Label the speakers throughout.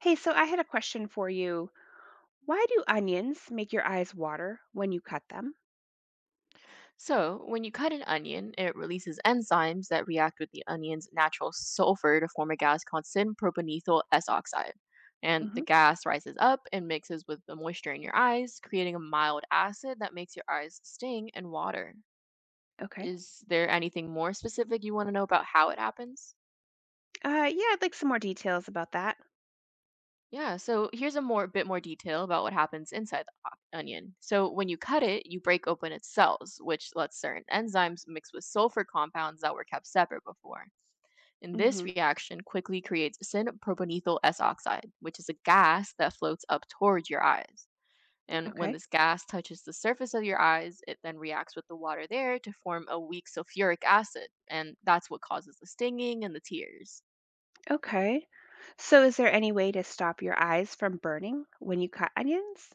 Speaker 1: Hey, so I had a question for you. Why do onions make your eyes water when you cut them?
Speaker 2: So, when you cut an onion, it releases enzymes that react with the onion's natural sulfur to form a gas called synpropanethyl S oxide. And the
Speaker 1: hmm
Speaker 2: gas rises up and mixes with the moisture in your eyes, creating a mild acid that makes your eyes sting and water.
Speaker 1: Okay.
Speaker 2: Is there anything more specific you want to know about how it happens?
Speaker 1: Yeah, I'd like some more details about that.
Speaker 2: Yeah, so here's a more bit more detail about what happens inside the onion. So when you cut it, you break open its cells, which lets certain enzymes mix with sulfur compounds that were kept separate before. And this
Speaker 1: hmm
Speaker 2: reaction quickly creates synproponethyl S oxide, which is a gas that floats up towards your eyes. And when
Speaker 1: Okay.
Speaker 2: this gas touches the surface of your eyes, it then reacts with the water there to form a weak sulfuric acid. And that's what causes the stinging and the tears.
Speaker 1: Okay. So, is there any way to stop your eyes from burning when you cut onions?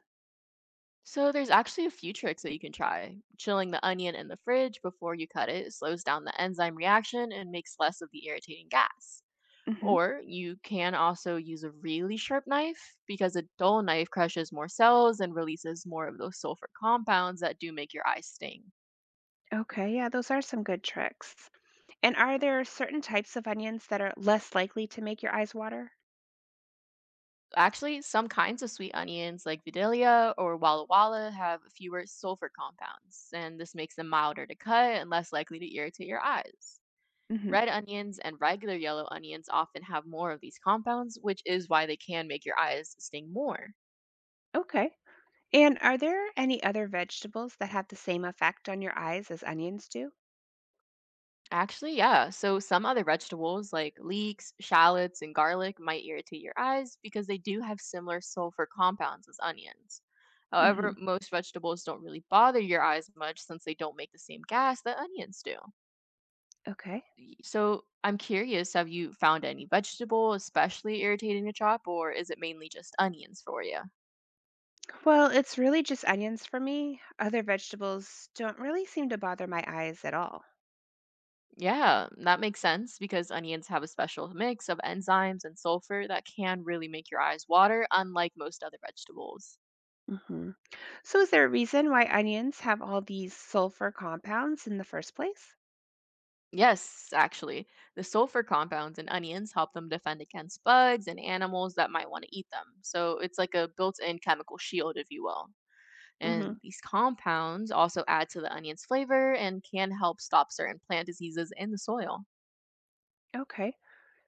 Speaker 2: So there's actually a few tricks that you can try. Chilling the onion in the fridge before you cut it slows down the enzyme reaction and makes less of the irritating gas.
Speaker 1: hmm
Speaker 2: Or you can also use a really sharp knife because a dull knife crushes more cells and releases more of those sulfur compounds that do make your eyes sting.
Speaker 1: Okay. Yeah, those are some good tricks. And are there certain types of onions that are less likely to make your eyes water?
Speaker 2: Actually, some kinds of sweet onions like Vidalia or Walla Walla have fewer sulfur compounds, and this makes them milder to cut and less likely to irritate your eyes.
Speaker 1: hmm
Speaker 2: Red onions and regular yellow onions often have more of these compounds, which is why they can make your eyes sting more.
Speaker 1: Okay. And are there any other vegetables that have the same effect on your eyes as onions do?
Speaker 2: Actually, yeah. So some other vegetables like leeks, shallots, and garlic might irritate your eyes because they do have similar sulfur compounds as onions. However,
Speaker 1: hmm
Speaker 2: most vegetables don't really bother your eyes much since they don't make the same gas that onions do.
Speaker 1: Okay.
Speaker 2: So I'm curious, have you found any vegetable especially irritating to chop, or is it mainly just onions for you?
Speaker 1: Well, it's really just onions for me. Other vegetables don't really seem to bother my eyes at all.
Speaker 2: Yeah, that makes sense because onions have a special mix of enzymes and sulfur that can really make your eyes water, unlike most other vegetables.
Speaker 1: hmm So, is there a reason why onions have all these sulfur compounds in the first place?
Speaker 2: Yes, actually. The sulfur compounds in onions help them defend against bugs and animals that might want to eat them. So it's like a built in chemical shield, if you will.
Speaker 1: hmm
Speaker 2: And these compounds also add to the onion's flavor and can help stop certain plant diseases in the soil.
Speaker 1: Okay.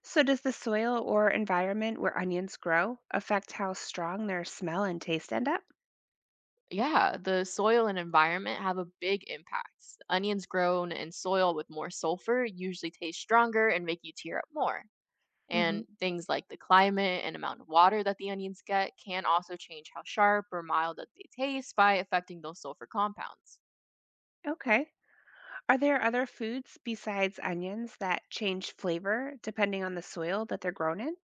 Speaker 1: So, does the soil or environment where onions grow affect how strong their smell and taste end up?
Speaker 2: Yeah, the soil and environment have a big impact. Onions grown in soil with more sulfur usually taste stronger and make you tear up more.
Speaker 1: hmm
Speaker 2: And things like the climate and amount of water that the onions get can also change how sharp or mild that they taste by affecting those sulfur compounds.
Speaker 1: Okay. Are there other foods besides onions that change flavor depending on the soil that they're grown in?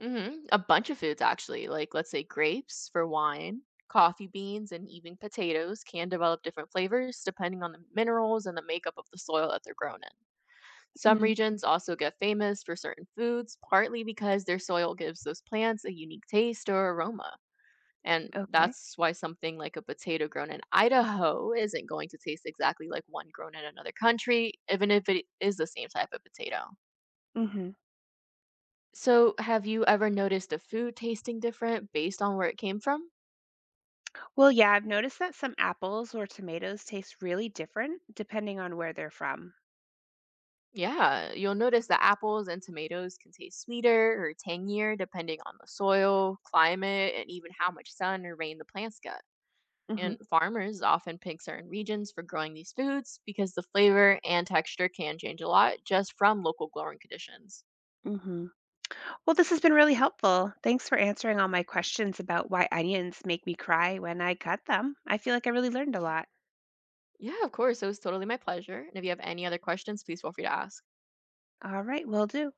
Speaker 2: Hmm. A bunch of foods, actually, like let's say grapes for wine, coffee beans, and even potatoes can develop different flavors depending on the minerals and the makeup of the soil that they're grown in. Some
Speaker 1: hmm
Speaker 2: regions also get famous for certain foods, partly because their soil gives those plants a unique taste or aroma. And
Speaker 1: Okay.
Speaker 2: that's why something like a potato grown in Idaho isn't going to taste exactly like one grown in another country, even if it is the same type of potato.
Speaker 1: hmm
Speaker 2: So, have you ever noticed a food tasting different based on where it came from?
Speaker 1: Well, yeah, I've noticed that some apples or tomatoes taste really different depending on where they're from.
Speaker 2: Yeah, you'll notice that apples and tomatoes can taste sweeter or tangier depending on the soil, climate, and even how much sun or rain the plants get.
Speaker 1: hmm
Speaker 2: And farmers often pick certain regions for growing these foods because the flavor and texture can change a lot just from local growing conditions.
Speaker 1: hmm Well, this has been really helpful. Thanks for answering all my questions about why onions make me cry when I cut them. I feel like I really learned a
Speaker 2: Yeah.
Speaker 1: lot.
Speaker 2: Yeah, of course. It was totally my pleasure. And if you have any other questions, please feel free to ask.
Speaker 1: All right, will do.